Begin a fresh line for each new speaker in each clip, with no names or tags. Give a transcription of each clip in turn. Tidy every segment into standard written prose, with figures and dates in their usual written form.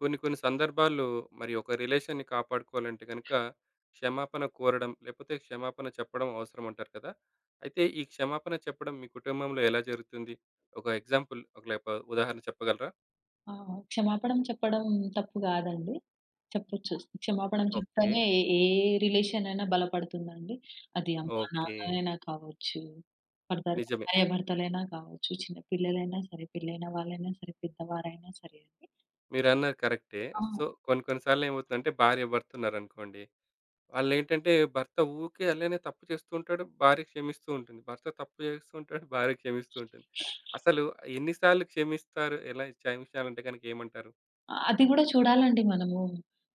కొన్ని కొన్ని సందర్భాల్లో మరి ఒక రిలేషన్‌ని కాపాడుకోవాలంటే గనుక క్షమాపణ కోరడం, లేకపోతే క్షమాపణ చెప్పడం అవసరం అంటారు కదా! అయితే ఈ క్షమాపణ చెప్పడం మీ కుటుంబంలో ఎలా జరుగుతుంది? ఒక ఎగ్జాంపుల్ ఒక లేప ఉదాహరణ చెప్పగలరా?
ఆ! క్షమాపణం చెప్పడం తప్పు గాదండి. చెప్పొచ్చు. క్షమాపణం
ఓకే.
చెప్తేనే ఏ ఏ రిలేషన్ అయినా బలపడుతుందండి. అది అమ్మ
ఓకే.
నాన్నలైనా కావచ్చు, భర్తలు
నిజమే.
భార్యాభర్తలైనా కావచ్చు, చిన్న పిల్లలైనా సరే, పెళ్ళైన వాళ్ళైనా సరే, పెద్దవారైనా సరే అండి.
మీరన్నది కరెక్టే.
ఆ!
సో, కొన్ని కొన్ని సార్లు ఏమవుతుందంటే భార్య, భర్త ఉన్నారనుకోండి. వాళ్ళేంటంటే భర్త ఊరికే అలానే తప్పు చేస్తూ ఉంటాడు. భార్య క్షమిస్తూ ఉంటుంది. భర్త తప్పు చేస్తూ ఉంటాడు. భార్య క్షమిస్తూ ఉంటుంది. అసలు ఎన్ని సార్లు క్షమిస్తారు? ఎలా క్షమించాలంటే గనుక ఏమంటారు?
అది గూడా చూడాలండి మనము.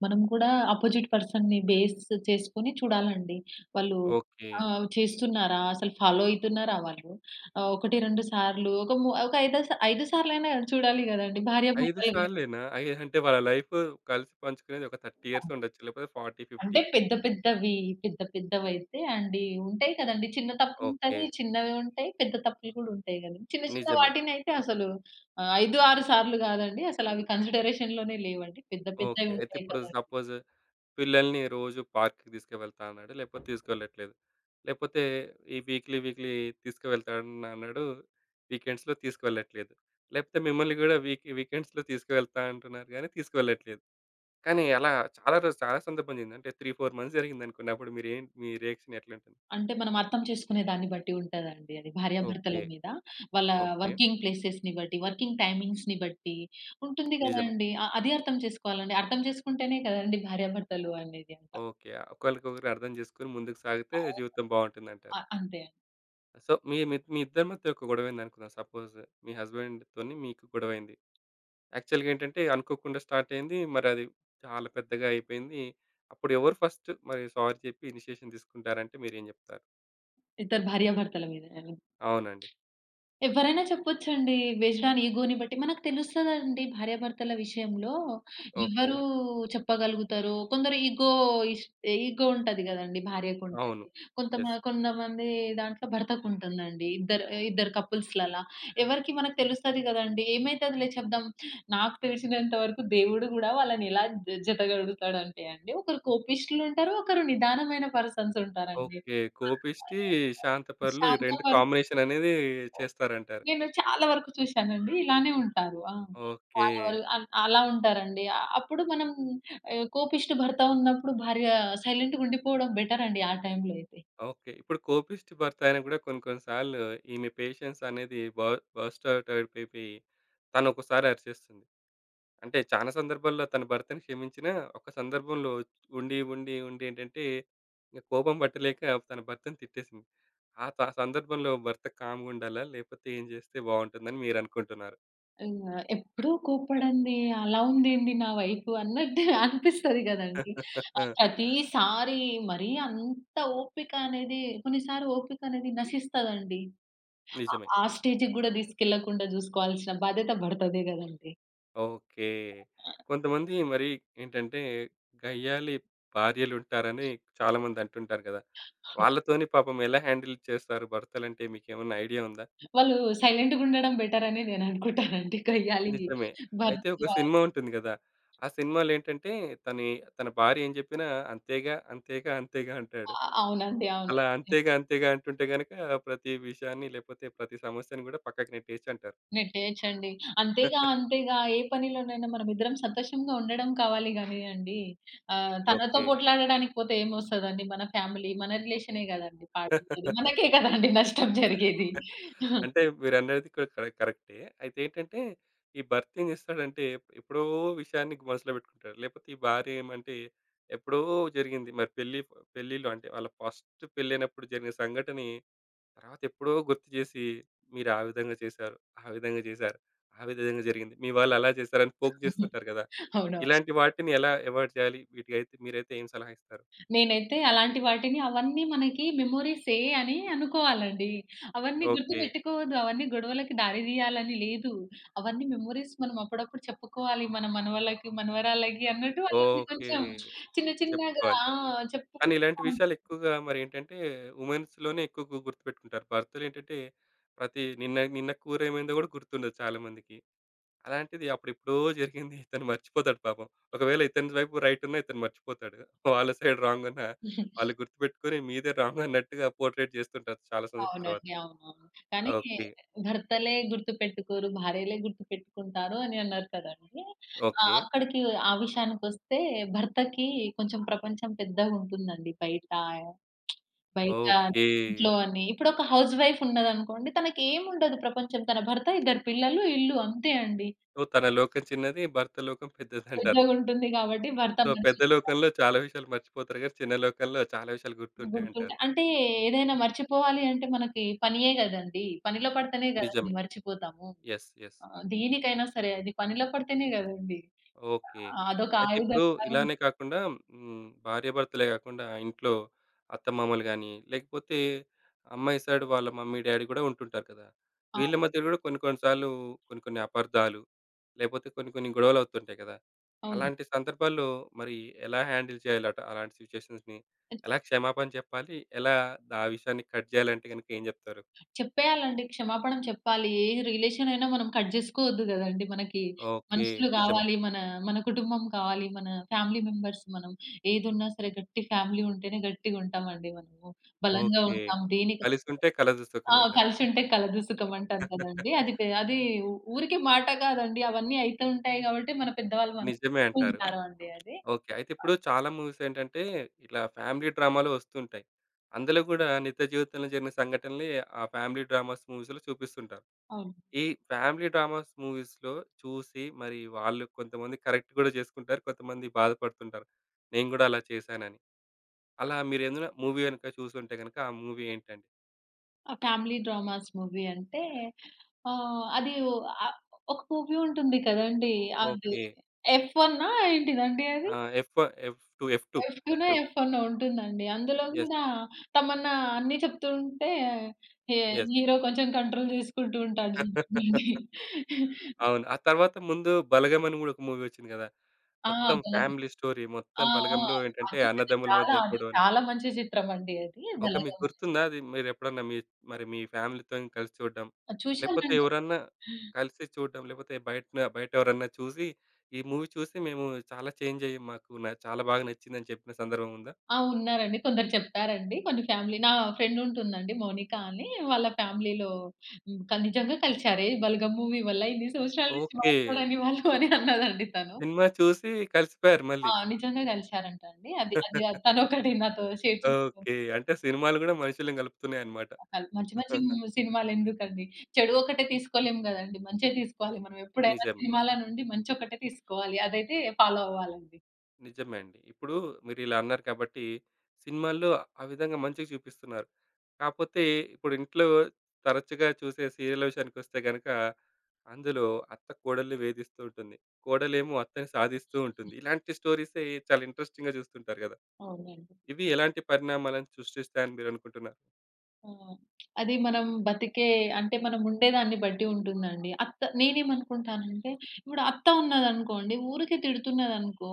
మనం కూడా అపోజిట్ పర్సన్‌ని బేస్ చేసుకొని చూడాలండి. వాళ్ళు
ఓకే.
చేస్తున్నారా? అసలు ఫాలో అయితున్నారా వాళ్ళు? 1, 2 సార్లు ఒక ము ఒక ఐదో సా 5 సార్లైనా చూడాలి గదండీ!
5
భార్యాభర్తలు గదా!
సార్లేనా? ఐ అంటే వాళ్ళ లైఫ్ కలిసి పంచుకునేది ఒక 30 ఇయర్స్ ఉండొచ్చు. లేకపోతే 40,
అంటే
50.
పెద్ద పెద్దవైతే అండి ఉంటాయి కదండీ. చిన్న
ఓకే.
తప్పులుంటది, చిన్నవి ఉంటాయి, పెద్ద తప్పులు కూడా ఉంటాయి గదండీ. చిన్న చిన్న
నిజమే.
వాటినైతే అసలు ఆహ్, 5, 6 సార్లు గాదండి. అసలు అవి కన్సిడరేషన్‌లోనే లేవండి. పెద్ద
ఓకే.
పెద్దవి
అయితే
ఉంటాయి
ఇప్పుడు
కదండీ.
సపోజ్ పిల్లల్ని రోజు పార్క్‌కి తీసుకువెళ్తా అన్నాడు. లేకపోతే తీసుకువెళ్ళట్లేదు. లేకపోతే ఈ వీక్లీ, వీక్లీ తీసుకువెళ్తాను అన్నాడు. వీకెండ్స్‌లో తీసుకువెళ్ళట్లేదు. లేకపోతే మిమ్మల్ని గూడా వీకెండ్స్‌లో తీసుకువెళ్తా అంటున్నారు గానీ తీసుకువెళ్ళట్లేదు. కానీ అలా చాలా రోజు చాలా సందర్భం జరిగింది. అంటే 3, 4 మంత్స్ జరిగిందనుకోండి. అప్పుడు మీ రియాక్షన్ ఎట్లుంటుంది?
అంటే మనం అర్థం చేసుకునే దాన్ని బట్టి ఉంటదండి అది. భార్యాభర్తల
ఓకే.
మీద, వాళ్ళ
ఓకే.
వర్కింగ్ ప్లేసెస్‌ని బట్టి, వర్కింగ్ టైమింగ్స్‌ని బట్టి ఉంటుంది
నిజమే.
గదండీ. అది అర్థం చేసుకోవాలండి. అర్థం చేసుకుంటేనే కదండీ భార్యాభర్తలు అనేది అంట.
ఓకే. ఒకళ్ళకొకరు అర్థం జేసుకొని ముందుకు సాగితే
ఆహ్,
జీవితం బావుంటుందంటారు.
ఆహ్, అంతే.
సో, మీ మీ మీ ఇద్దరి మధ్య ఒక గొడవైందనుకుందాం. సపోజ్ మీ హస్బెండ్‌తోని మీకు గొడవైంది. యాక్చువల్‌గా ఏంటంటే అనుకోకుండా స్టార్ట్ అయింది. మరి అది చాలా పెద్దగా అయిపోయింది. అప్పుడు ఎవరు ఫస్ట్ మరి సారీ చెప్పి ఇనిషియేషన్ తీసుకుంటారంటే మీరేం చెప్తారు?
ఇద్దరు భార్యాభర్తల మీద
అవునండి.
ఎవ్వరైనా చెప్పొచ్చండి. బేస్డ్ ఆన్ ఇగోని బట్టి మనకు తెలుస్తదండి భార్యాభర్తల విషయంలో
ఓకే.
ఎవరు చెప్పగలుగుతారో. కొందరు ఇష్ ఇగో ఉంటది గదండీ! భార్యకుంటది.
అవును.
కొంతమ
యెస్.
కొంతమంది దాంట్లో భర్తకుంటుందండి. ఇద్దరు ఇద్దరు కపుల్స్‌లలా. ఎవరికి మనకు తెలుస్తది గదండీ! ఏమైతదిలే చెప్దాం. నాకు తెలిసినంత వరకు దేవుడు గూడా వాళ్ళని ఎలా జతగడుగుతాడంటే అండి, ఒకరు కోపిష్ఠులుంటారు, ఒకరు నిదానమైన పర్సన్స్ ఉంటారండి.
ఓకే. కోపిష్టి, శాంతపరులు ఈ
శాంత
2
పర్స్
కాంబినేషన్ అనేది చేస్తారంటారు.
నేను చాలా వరకు చూసానండి. ఇలానే ఉంటారు. ఆ!
ఓకే.
చాలా వర అన్ అలా ఉంటారండి. అప్పుడు మనం, కోపిష్టి భర్త ఉన్నప్పుడు భార్య సైలెంట్‌గా ఉండిపోవడం బెటరండి ఆ టైంలో అయితే.
ఓకే. ఇప్పుడు కోపిష్టి భర్త అయినా కూడా కొన్ని కొన్ని సార్లు ఈమె పేషెన్స్ అనేది బర్స్ట్ అవుట్ అయిపోయి తను ఒకసారి అరిచేస్తుంది. అంటే చాలా సందర్భాల్లో తన భర్తని క్షమించినా, ఒక సందర్భంలో ఉండి ఏంటంటే ఇంక కోపం పట్టలేక తన భర్తను తిట్టేసింది. ఆ త సందర్భంలో భర్త కామ్‌గా ఉండాలా? లేకపోతే ఏం చేస్తే బావుంటుందని మీరనుకుంటున్నారు?
ఇంగ ఎప్పుడూ కోప్పడంది, అలా ఉందేంది నా వైఫ్ అన్నట్టు అనిపిస్తది గదండీ! ప్రతిసారి మరీ అంత ఓపిక అనేది కొన్నిసారి ఓపిక అనేది నశిస్తదండి. ఆ
నిజమే.
ఆ స్టేజ్‌కి గూడా తీసుకెళ్ళకుండా జూసుకోవాల్సిన బాధ్యత భర్తదే గదండీ!
ఓకే. కొంతమంది మరి ఏంటంటే గయ్యాళి భార్యలుంటారని చాలామంది అంటుంటారు కదా! వాళ్ళతోని పాపం ఎలా హ్యాండిల్ చేస్తారు భర్తలంటే మీకేమన్నా ఐడియా ఉందా?
వాళ్ళు సైలెంట్‌గా ఉండడం బెటర్ అని నేను అనుకుంటానండి. గయ్యాళి
నిజమే.
భర్త.
అయితే ఒక సినిమా ఉంటుంది గదా! ఆ సినిమాలో ఏంటంటే తని తన భార్య ఏం జెప్పినా అంతేగా, అంతేగా, అంతేగా అంటాడు.
అవునండి. అవునండి.
అలా అంతేగా, అంతేగా అంటుంటే గనక ప్రతి విషయాన్ని లేపోతే ప్రతి సమస్యని గూడా పక్కకు నెట్టేయొచ్చు అంటారు.
నెట్టేయొచ్చండి. అంతేగా, అంతేగా, ఏ పనిలోనైనా మనం ఇద్దరం సంతోషంగా ఉండడం కావాలి గానీయండి. తనతో
ఓకే.
పోట్లాడడానికి పోతే ఏమొస్తదండి? మన ఫ్యామిలీ, మన రిలేషనే గదండీ పాడైతది. మనకే కదండీ నష్టం జరిగేది.
అంటే మీరన్నది కూడా కరెక్టే. అయితే ఏంటంటే ఈ భర్త ఏం జేస్తాడంటే ఎప్పుడో విషయాన్ని మనసులో బెట్టుకుంటాడు. లేపోతే ఈ భార్య ఏమంటే ఎప్పుడో జరిగింది. మరి పెళ్ళిలో అంటే వాళ్ళ ఫస్ట్ పెళ్ళైనప్పుడు జరిగిన సంఘటనే తర్వాత ఎప్పుడో గుర్తు చేసి, మీరు ఆ విధంగా చేశారు, ఆ విధంగా చేశారు, ఆ విధంగా జరిగింది. మీ వాళ్ళు అలా చేశారని పోక్ చేస్తుంటారు కదా!
అవునవును.
ఇలాంటి వాటిని ఎలా అవాయిడ్ చేయాలి? వీటికైతే మీరైతే ఏం సలహా ఇస్తారు?
నేనైతే అలాంటి వాటిని అవన్నీ మనకి మెమోరీసే అని అనుకోవాలండి. అవన్నీ
ఓకే.
గుర్తుపెట్టుకోవద్దు. అవన్నీ గొడవలకి దారి తీయాలని లేదు. అవన్నీ మెమోరీస్ మనం అప్పుడప్పుడు చెప్పుకోవాలి మన మనవళ్ళకి, మనవరాళ్ళకి అన్నట్టు వాళ్ళని
ఓకే.
కొంచెం చిన్న చిన్నగా
చెప్పుకోవాలి. కానీ
చెప్పుకుంటా
ఇలాంటి
ఉంటాం.
విషయాలు ఎక్కువగా మరేంటంటే వుమెన్స్‌లోనే ఎక్కువ గుర్తుపెట్టుకుంటారు. భర్తలేంటంటే ప్రతి నిన్న నిన్న కూర ఏమైందో కూడా గుర్తుండదు చాలా మందికి. అలాంటిది అప్పుడెప్పుడో జరిగింది. ఇతను మర్చిపోతాడు పాపం. ఒకవేళ ఇతని వైపు రైట్ ఉన్నా ఇతను మర్చిపోతాడు. వాళ్ళ సైడ్ రాంగ్ ఉన్నా వాళ్ళు గుర్తుపెట్టుకొని మీదే రాంగ్ అన్నట్టుగా పోర్ట్రేట్ చేస్తుంటారు చాలా సంవత్సరాల తర్వాత.
అవునండి. అవునవును. కానీ
ఓకే.
భర్తలే గుర్తుపెట్టుకోరు, భార్యలే గుర్తుపెట్టుకుంటారు అని అన్నారు కదండీ!
ఓకే.
అక్కడికి ఆ విషయానికొస్తే భర్తకి కొంచెం ప్రపంచం పెద్దగుంటుందండి బయట. బయట అని,
ఓకే.
ఇంట్లో అని. ఇప్పుడొక హౌస్ వైఫ్ ఉన్నదనుకోండి, తనకేముండదు ప్రపంచం. తన భర్త, ఇద్దరు పిల్లలు, ఇల్లు అంతే అండి.
సో, తన లోకం చిన్నది, భర్త లోకం పెద్దదంటారు.
పెద్దగుంటుంది కాబట్టి భర్త
సో,
మనిషి.
పెద్ద లోకంలో చాలా విషయాలు మర్చిపోతారు గానీ, చిన్న లోకంలో చాలా విషయాలు
గుర్తుంటే
గుర్తుంటాయంటారు.
అంటే ఏదైనా మర్చిపోవాలి అంటే మనకి పనియే గదండీ! పనిలో పడితేనే గదండీ
నిజమే.
మర్చిపోతాము.
యెస్. యెస్.
దేనికైనా సరే అది పనిలో పడితేనే గదండీ!
ఓకే.
అదొక
అయితే ఇప్పుడు
ఆయుధంలా.
ఇలానే కాకుండా హ్మ్. భార్యాభర్తలే కాకుండా ఇంట్లో అత్తమామలు గాని, లేకపోతే అమ్మాయి సైడ్ వాళ్ళ మమ్మీ, డ్యాడీ కూడా ఉంటుంటారు కదా!
ఆ!
వీళ్ళ మధ్య కూడా కొన్ని కొన్ని సార్లు కొన్ని కొన్ని అపార్థాలు, లేకపోతే కొన్ని కొన్ని గొడవలవుతుంటాయి కదా!
అవును.
అలాంటి సందర్భాల్లో మరి ఎలా హ్యాండిల్ చేయాలట అలాంటి సిట్యుయేషన్స్‌ని? ఎలా క్షమాపణ చెప్పాలి? ఎలా ఆ విషయాన్ని కట్ చేయాలంటే గనుక ఏం చెప్తారు?
చెప్పేయాలండి. క్షమాపణం చెప్పాలి. ఏ రిలేషన్ అయినా మనం కట్ జేసుకోవద్దు గదండీ. మనకి
ఓకే.
మనుషులు
నిజమే.
గావాలి. మన మన కుటుంబం కావాలి. మన ఫ్యామిలీ మెంబర్స్ మనం ఏదున్నా సరే గట్టి ఫ్యామిలీ ఉంటేనే గట్టిగుంటామండి మనము. బలంగా
ఓకే.
ఉంటాం. దేనికి.
కలిసుంటే కలదు సుఖమంటారు.
కలిసుంటే కలదు సుఖం అంటారు కదండీ. అది ఊరికే మాట కాదండి. అవన్నీ అయితూ ఉంటాయి గాబట్టి మన పెద్దవాళ్ళు మనకు
నిజమే
చెప్తూ
అంటారు.
ఉంటారు అండి అది.
ఓకే. అయితే ఇప్పుడు చాలా మూవీస్ ఏంటంటే, ఇట్లా ఫ్యామిలీ డ్రామాలు వస్తుంటాయి. అందులో గూడా నిత్య జీవితంలో జరిగిన సంఘటనలే ఆ ఫ్యామిలీ డ్రామాస్ మూవీస్‌లో చూపిస్తుంటారు.
అవును.
ఈ ఫ్యామిలీ డ్రామాస్ మూవీస్‌లో చూసి మరి వాళ్ళు కొంతమంది కరెక్ట్ గూడా చేసుకుంటారు. కొంతమంది బాధపడుతుంటారు. నేను గూడా అలా చేశానని. అలా మీరేదైనా మూవీ గనుక చూసుంటే గనుక ఆ మూవీ ఏంటండి?
ఫ్యామిలీ డ్రామాస్ మూవీ అంటే ఆహ్, అది ఆహ్, ఒక మూవీ ఉంటుంది కదండీ! అది
ఓకే.
'ఎఫ్ వన్నా' ఏంటిదండి అది?
ఆ! ఎఫ్ ఎఫ్2
'ఎఫ్ టూనో,
ఎఫ్2
ఎఫ్ వన్నో' ఉంటుందండి. అందులో
యెస్.
కూడా తమన్నా అన్నీ చెప్తూ ఉంటే హే
యెస్.
హీరో కొంచెం కంట్రోల్ చేసుకుంటూ ఉంటాడు చూడండి.
అవును. ఆ తర్వాత ముందు 'బలగం' అని గూడా ఒక మూవీ వచ్చింది గదా!
ఆ!
మొత్తం
బలగం.
Family story.
ఆ!
మొత్తం
ఆ!
బలగంలో ఏంటంటే
అది అది
అన్నదమ్ముల
చాలా
మధ్య
అది
గొడవలు.
చాలా మంచి చిత్రమండి అది.
ఒక మీకు
'బలగం'
గుర్తుందా అది మీరెప్పుడన్నా మీ మరి మీ ఫ్యామిలీతోని కలిసి చూడడం? లేకపోతే
చూసానండి.
ఎవరన్నా కలిసి చూడడం, లేకపోతే బయటెవరన్నా చూసి, "ఈ మూవీ చూసి మేము చాలా చేంజ్ అయ్యాం. మాకు చాలా బాగా నచ్చిందని" చెప్పిన సందర్భం ఉందా?
ఉన్నారండి. కొందరు చెప్తారండి. కొన్ని ఫ్యామిలీ నా ఫ్రెండ్ ఉంటుందండి మౌనిక అని. వాళ్ళ ఫ్యామిలీలో హ్మ్. క నిజంగా కలిసారు. "ఏయ్! బలగం మూవీ వల్ల ఇన్ని సంవత్సరాల నుంచి
ఓకే.
మాట్లాడని వాళ్ళు" అని అన్నదండి తను.
సినిమా చూసి కలిసిపోయారు
ఆ!
మళ్ళీ.
నిజంగా కలిసారంట అండి. అది అది తనొకటి నాతో షేర్ చేసుకుంది.
ఓకే. అంటే సినిమాలు గూడా మనుషుల్ని కలుపుతున్నాయన్నమాట.
అసలు మంచి మంచి ము సినిమాలెందుకండి? చెడు ఒకటే తీసుకోలేం గదండీ! మంచే తీసుకోవాలి. మనం ఎప్పుడైనా
నిజమే.
సినిమాల నుండి మంచొకటే తీసుకోవాలి. అదైతే ఫాలో అవ్వాలండి.
నిజమే అండి. ఇప్పుడు మీరిలా అన్నారు కాబట్టి, సినిమాల్లో ఆ విధంగా మంచిగా చూపిస్తున్నారు. కాపోతే ఇప్పుడు ఇంట్లో తరచుగా చూసే సీరియల్ విషయానికొస్తే గనక, అందులో అత్త కోడల్ని వేధిస్తూ ఉంటుంది. కోడలేమో అత్తని సాధిస్తూ ఉంటుంది. ఇలాంటి స్టోరీసే చాలా ఇంట్రెస్టింగ్‌గా చూస్తుంటారు గదా!
అవునండి.
ఇవి ఎలాంటి పరిణామాలను సృష్టిస్తాయని మీరనుకుంటున్నారు?
ఆ! అది మనం బతికే అంటే మనం ఉండేదాన్ని బట్టి ఉంటుందండి. అత్త నేనేమనుకుంటానంటే, ఇప్పుడు అత్త ఉన్నదనుకోండి, ఊరికే తిడుతున్నదనుకో,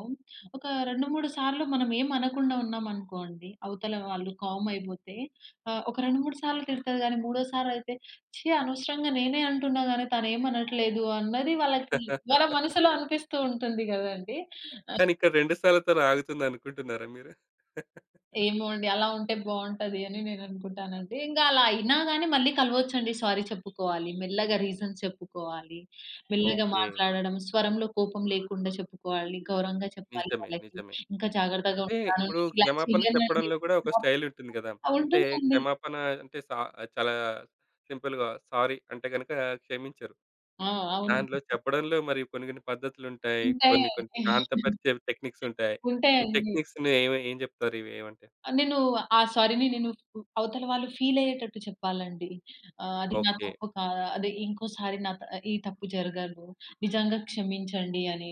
ఒక 2, 3 సార్లు మనం ఏం అనకుండా ఉన్నామనుకోండి, అవతల వాళ్ళు కామ్ అయిపోతే, ఒక 2, 3 సార్లు తిడతది గానీ, మూడోసారి అయితే, ఛీ! అనవసరంగా నేనే అంటున్నా గానీ తనేమనట్లేదు అన్నది వాళ్ళకి వాళ్ళ మనసులో అనిపిస్తూ ఉంటుంది గదండీ!
కానీ ఇక్కడ 2 సార్లతోని ఆగుతుందనుకుంటున్నారా మీరు?
ఏమో అండి. అలా ఉంటే బావుంటది అని నేననుకుంటానండి. ఇంకా అలా అయినా గాని మళ్ళీ కలవొచ్చండి. సారీ చెప్పుకోవాలి. మెల్లగా రీజన్స్ చెప్పుకోవాలి. మెల్లగా
ఓకే.
మాట్లాడడం, స్వరంలో కోపం లేకుండా చెప్పుకోవాలి. గౌరవంగా చెప్పాలి
నిజమే.
వాళ్ళకి.
నిజమే.
ఇంకా జాగ్రత్తగా
అంటే
ఉంటాను.
ఇప్పుడు
నేనిలా
క్షమాపణ
చేయనండి.
చెప్పడంలో కూడా ఒక స్టైల్ ఉంటుంది కదా!
ఆ!
అంటే
ఉంటుందండి.
క్షమాపణ అంటే చాలా సింపుల్‌గా సారీ అంటే గనుక క్షమించరు.
ఆ! అవును.
దాంట్లో చెప్పడంలో మరి కొన్ని కొన్ని పద్ధతులుంటాయి. కొన్ని కొన్ని
ఉంటాయండి.
శాంతపరిచే టెక్నిక్స్ ఉంటాయి. ఈ
ఉంటాయండి.
టెక్నిక్స్‌ని ఏం చెప్తారు ఇవి ఏమంటే?
ఆ! నేను ఆ సారీని నేను అవతల వాళ్ళు ఫీల్ అయ్యేటట్టు చెప్పాలండి. ఆహ్, అది నా
ఓకే.
తప్పు కాదా అదే ఇంకోసారి నా త ఈ తప్పు జరగదు. నిజంగా క్షమించండి అని.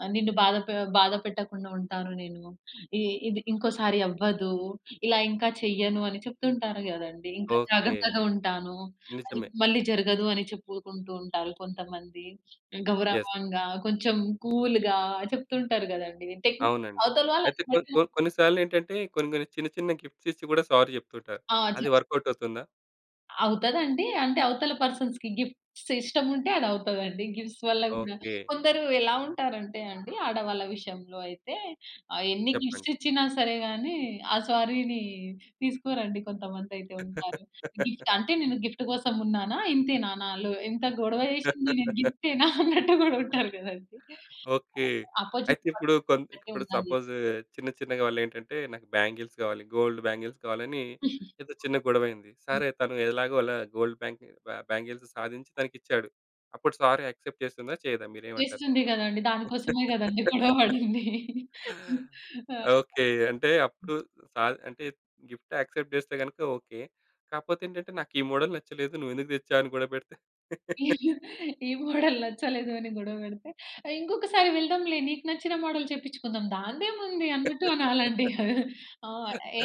నిన్ను బాధ పెట్టకుండా ఉంటాను నేను. ఇ ఇది ఇంకోసారి అవ్వదు. ఇలా ఇంకా చెయ్యను అని చెప్తుంటారు గదండీ. ఇంకా
ఓకే.
జాగ్రత్తగా ఉంటాను. అది
నిజమే.
మళ్ళీ జరగదు అని చెప్పుకుంటూ ఉంటారు కొంతమంది.
యెస్.
గౌరవంగా కొంచెం కూల్‌గా చెప్తుంటారు గదండీ. టెక్
అవునండి.
అవతల వాళ్ళు
అయితే కొ కొ కొన్ని సార్లేంటంటే కొన్ని కొన్ని చిన్న చిన్న గిఫ్ట్స్ ఇచ్చి కూడా సారీ చెప్తుంటారు.
ఆ!
అది
చెప్
వర్కౌట్ అవుతుందా?
అవుతదండి. అంటే అవతల పర్సన్స్‌కి గిఫ్ట్స్ ఇష్టముంటే అదవుతదండి. గిఫ్ట్స్ వల్ల గూడా
ఓకే.
కొందరు ఎలా ఉంటారంటే అండి ఆడవాళ్ళ విషయంలో అయితే, ఎన్ని
చెప్పండి.
గిఫ్ట్స్ ఇచ్చినా సరే గానీ, ఆ సారీని తీసుకోరండి కొంతమందయితే ఉంటారు. గిఫ్ట్ అంటే నేను గిఫ్ట్ కోసం ఉన్నానా? ఇంతేనా నాలో ఇంత గొడవ చేసింది నేను గిఫ్టేనా అన్నట్టు గూడా ఉంటారు గదండీ.
ఓకే.
అపోజిట్
అయితే ఇప్పుడు
పర్సన్ బట్టి
ఇప్పుడు
ఉండాలి.
సపోజ్ చిన్న చిన్నగా వాళ్ళేంటంటే నాకు బ్యాంగిల్స్ కావాలి. గోల్డ్ బ్యాంగిల్స్ కావాలని ఏదో చిన్న గొడవైంది. సరే తను ఎలాగో అలా గోల్డ్ బ్యాంకి బ్యా బ్యాంగిల్స్ సాధించి తనకిచ్చాడు. అప్పుడు సారీ యాక్సెప్ట్ చేస్తుందా? చేయదా? మీరేమంటారు?
చేస్తుంది గదండీ. దానికోసమే గదండీ గొడవ పడింది. ఆ!
ఓకే. అంటే అప్పుడు అంటే గిఫ్ట్ యాక్సెప్ట్ చేస్తే గనుక ఓకే. కాపోతే ఏంటంటే నాకు ఈ మోడల్ నచ్చలేదు. నువ్వెందుకు తెచ్చావు అని గొడవ పెడితే?
ఈ మోడల్ నచ్చలేదు అని గొడవ పెడితే, "ఇంకొకసారి వెళ్దాంలే నీకు నచ్చిన మోడల్ చేపించుకుందాం దాందేముంది" అన్నట్టు అనాలండి. ఆ!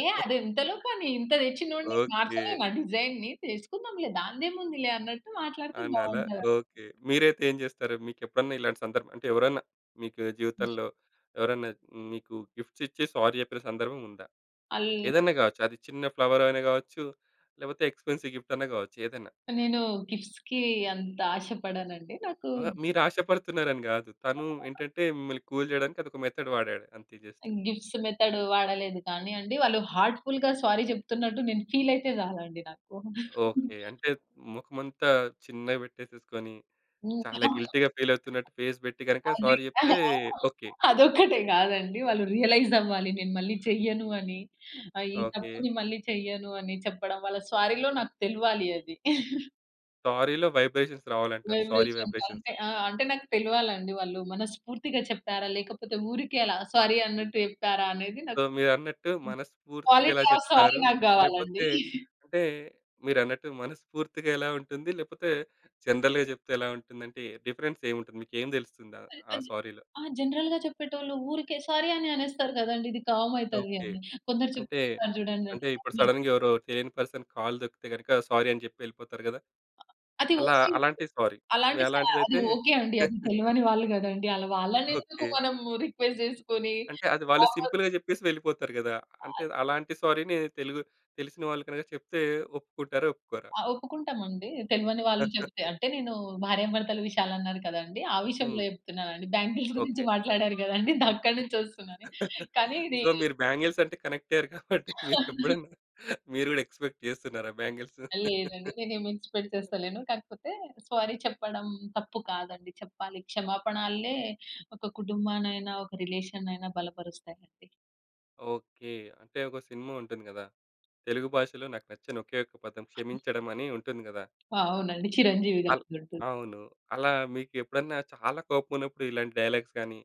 ఏ అది ఇంతలో పని ఇంత తెచ్చినోడిని
ఓకే.
మార్చలేనా డిజైన్‌ని చేసుకుందాంలే దాందేముందిలే అన్నట్టు మాట్లాడితే
అనాలా?
బావుంటది.
ఓకే. మీరైతే ఏం జేస్తారు? మీకెప్పుడన్నా ఇలాంటి సందర్భం అంటే ఎవరన్నా మీకు జీవితంలో ఎవరన్నా మీకు గిఫ్ట్స్ ఇచ్చి సారీ జెప్పిన సందర్భం ఉందా?
అల్
ఏదన్నా గావచ్చు. అది చిన్న ఫ్లవర్ అయినా గావచ్చు, లేపోతే ఎక్స్‌పెన్సివ్ గిఫ్ట్ అన్నా గావచ్చు ఏదన్నా.
నేను గిఫ్ట్స్‌కి అంత ఆశపడనండి. నాకు
ఆహ్, మీరు ఆశపడుతున్నారని గాదు. తను ఏంటంటే మిమ్మల్ని కూల్ జేయడానికి అదొక మెథడ్ వాడాడు అంతే జస్ట్.
గిఫ్ట్స్ మెథడ్ వాడలేదు కానీ అండి వాళ్ళు హార్ట్‌ఫుల్‌గా సారీ చెప్తున్నట్టు నేను ఫీల్ అయితే చాలండి నాకు.
ఓకే. అంటే ముఖమంతా చిన్నగా బెట్టేసేసుకొని,
హ్మ్.
చాలా గిల్టీ‌గా ఫీల్ అవుతున్నట్టు ఫేస్ బెట్టి గనక
అది.
సారీ జెప్తే ఓకే.
అదొక్కటే గాదండి. వాళ్ళు రియలైజ్ అవ్వాలి. నేను మళ్ళీ చెయ్యను అని. ఈ
ఓకే.
తప్పుని మళ్ళీ చెయ్యను అని చెప్పడం. వాళ్ళ స్వారీలో నాకు తెలవాలి అది.
సారీలో వైబ్రేషన్స్ రావాలంటారు. Sari
vibrations
vibrations.
అంటే అంటే నాకు తెలవాలండి. వాళ్ళు మనస్ఫూర్తిగా చెప్పారా? లేకపోతే ఊరికే అలా సారీ అన్నట్టు చెప్పారా? అనేది
సో,
నాకు
మీరన్నట్టు మనస్ఫూర్తిగా ఎలా
క్వాలిటీ ఆఫ్ సారీ
చెప్తారు?
నాకు గావాలండి.
లేపోతే అంటే మీరన్నట్టు మనస్ఫూర్తిగా ఎలా ఉంటుంది? లేపోతే జనరల్‌గా చెప్తే ఎలా ఉంటుందంటే డిఫరెన్స్ ఏముంటుంది? మీకేం తెలుస్తుంది ఆ ఆ సారీలో?
జనరల్‌గా చెప్పేటోళ్ళు ఊరికే సారీ అని అనేస్తారు గదండీ! ఇది కామ్ అయితది
ఓకే.
అని. కొందరు
అంటే,
చెప్తుంటారు జూడండండి.
అంటే ఇప్పుడు సడెన్‌గా ఎవరో తెలియని పర్సన్ కాలు తొక్కితే గనక సారీ అని జెప్పి ఎళ్ళిపోతారు గదా!
అది
అలా
ఓసి
అలాంటి సారీ. మీ
అలాంటి స అది
అలాంటిదైతే
ఓకే అండి. అది తెలివని వాళ్ళు గదండీ. అలా వాళ్ళనెందుకు
ఓకే.
మనము రిక్వెస్ట్ జేసుకొని.
అంటే అది వాళ్ళు
వాపస్
సింపుల్‌గా జెప్పేసి వెళ్ళిపోతారు గదా! అంటే
ఆహ్,
అలాంటి సారీని తెలిసిన వాళ్ళు కనుక చెప్తే ఒప్పుకుంటారా? ఒప్పుకోరా?
ఒప్పుకుంటామండి. తెలివని వాళ్ళు చెప్తే. అంటే నేను భార్యాభర్తల విషయాలన్నారు కదండీ. ఆ విషయంలో
హ్మ్.
జెప్తున్నానండి. Bangles
okay.
గురించి మాట్లాడారు గదండీ. అక్కడి నుంచి ఒస్తున్నాను. కానీ ఇది
సో, మీరు బ్యాంగిల్స్ అంటే కనెక్ట్ అయ్యారు కాబట్టి మీరెప్పుడన్నా మీరు గూడా ఎక్స్‌పెక్ట్ చేస్తున్నారా బ్యాంగిల్స్?
లేదండి. నేనేమి ఎక్స్‌పెక్ట్ చేస్తలేను. కాకపోతే సారీ చెప్పడం తప్పు కాదండి. చెప్పాలి. క్షమాపణలే ఒక కుటుంబాన్నైనా, ఒక రిలేషన్నయినా బలపరుస్తాయండి.
ఓకే. అంటే ఒక సినిమా ఉంటుంది గదా! తెలుగు భాషలో నాకు నచ్చని ఒకే ఒక్క పదం 'క్షమించడం' అని ఉంటుంది గదా!
అవునండి. చిరంజీవి
అల్
గారిదుంటది.
అవును. అలా మీకెప్పుడన్నా చాలా కోపమున్నప్పుడు ఇలాంటి డైలాగ్స్ గాని,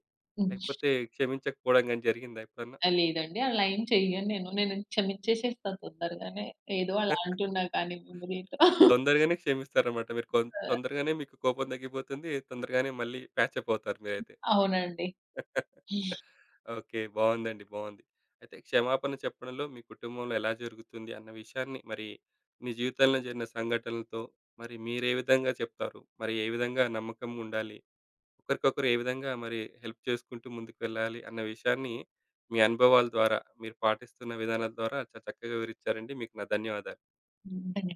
లేకపోతే క్షమించకపోవడం గాని జరిగిందా ఎప్పుడన్నా?
ఆ! లేదండి. అలా ఏం చెయ్యను నేను. నేను క్షమించేసేస్తా తొందరగానే. ఏదో అలా అంటున్నా కానీ మెమొరీ‌తో. ఆ!
తొందరగానే క్షమిస్తారన్నమాట. మీరు తొందరగానే మీకు కోపం తగ్గిపోతుంది. తొందరగానే మళ్ళీ ప్యాచ్ అప్ అవుతారు మీరైతే.
అవునండి. హ్మ్.
ఓకే. బావుందండి. బావుంది. అయితే క్షమాపణ చెప్పడంలో మీ కుటుంబంలో ఎలా జరుగుతుంది అన్న విషయాన్ని మరి మీ జీవితంలో జరిగిన సంఘటనలతో మరి మీరే విధంగా చెప్తారు? మరి ఏ విధంగా నమ్మకం ఉండాలి? ఒకరికొకరు ఏ విధంగా మరి హెల్ప్ చేసుకుంటూ ముందుకెళ్ళాలి అన్న విషయాన్ని మీ అనుభవాల ద్వారా, మీరు పాటిస్తున్న విధానాల ద్వారా చాలా చక్కగా వివరిచ్చారండి. మీకు నా ధన్యవాదాలు.
ధన్యవాదాలు.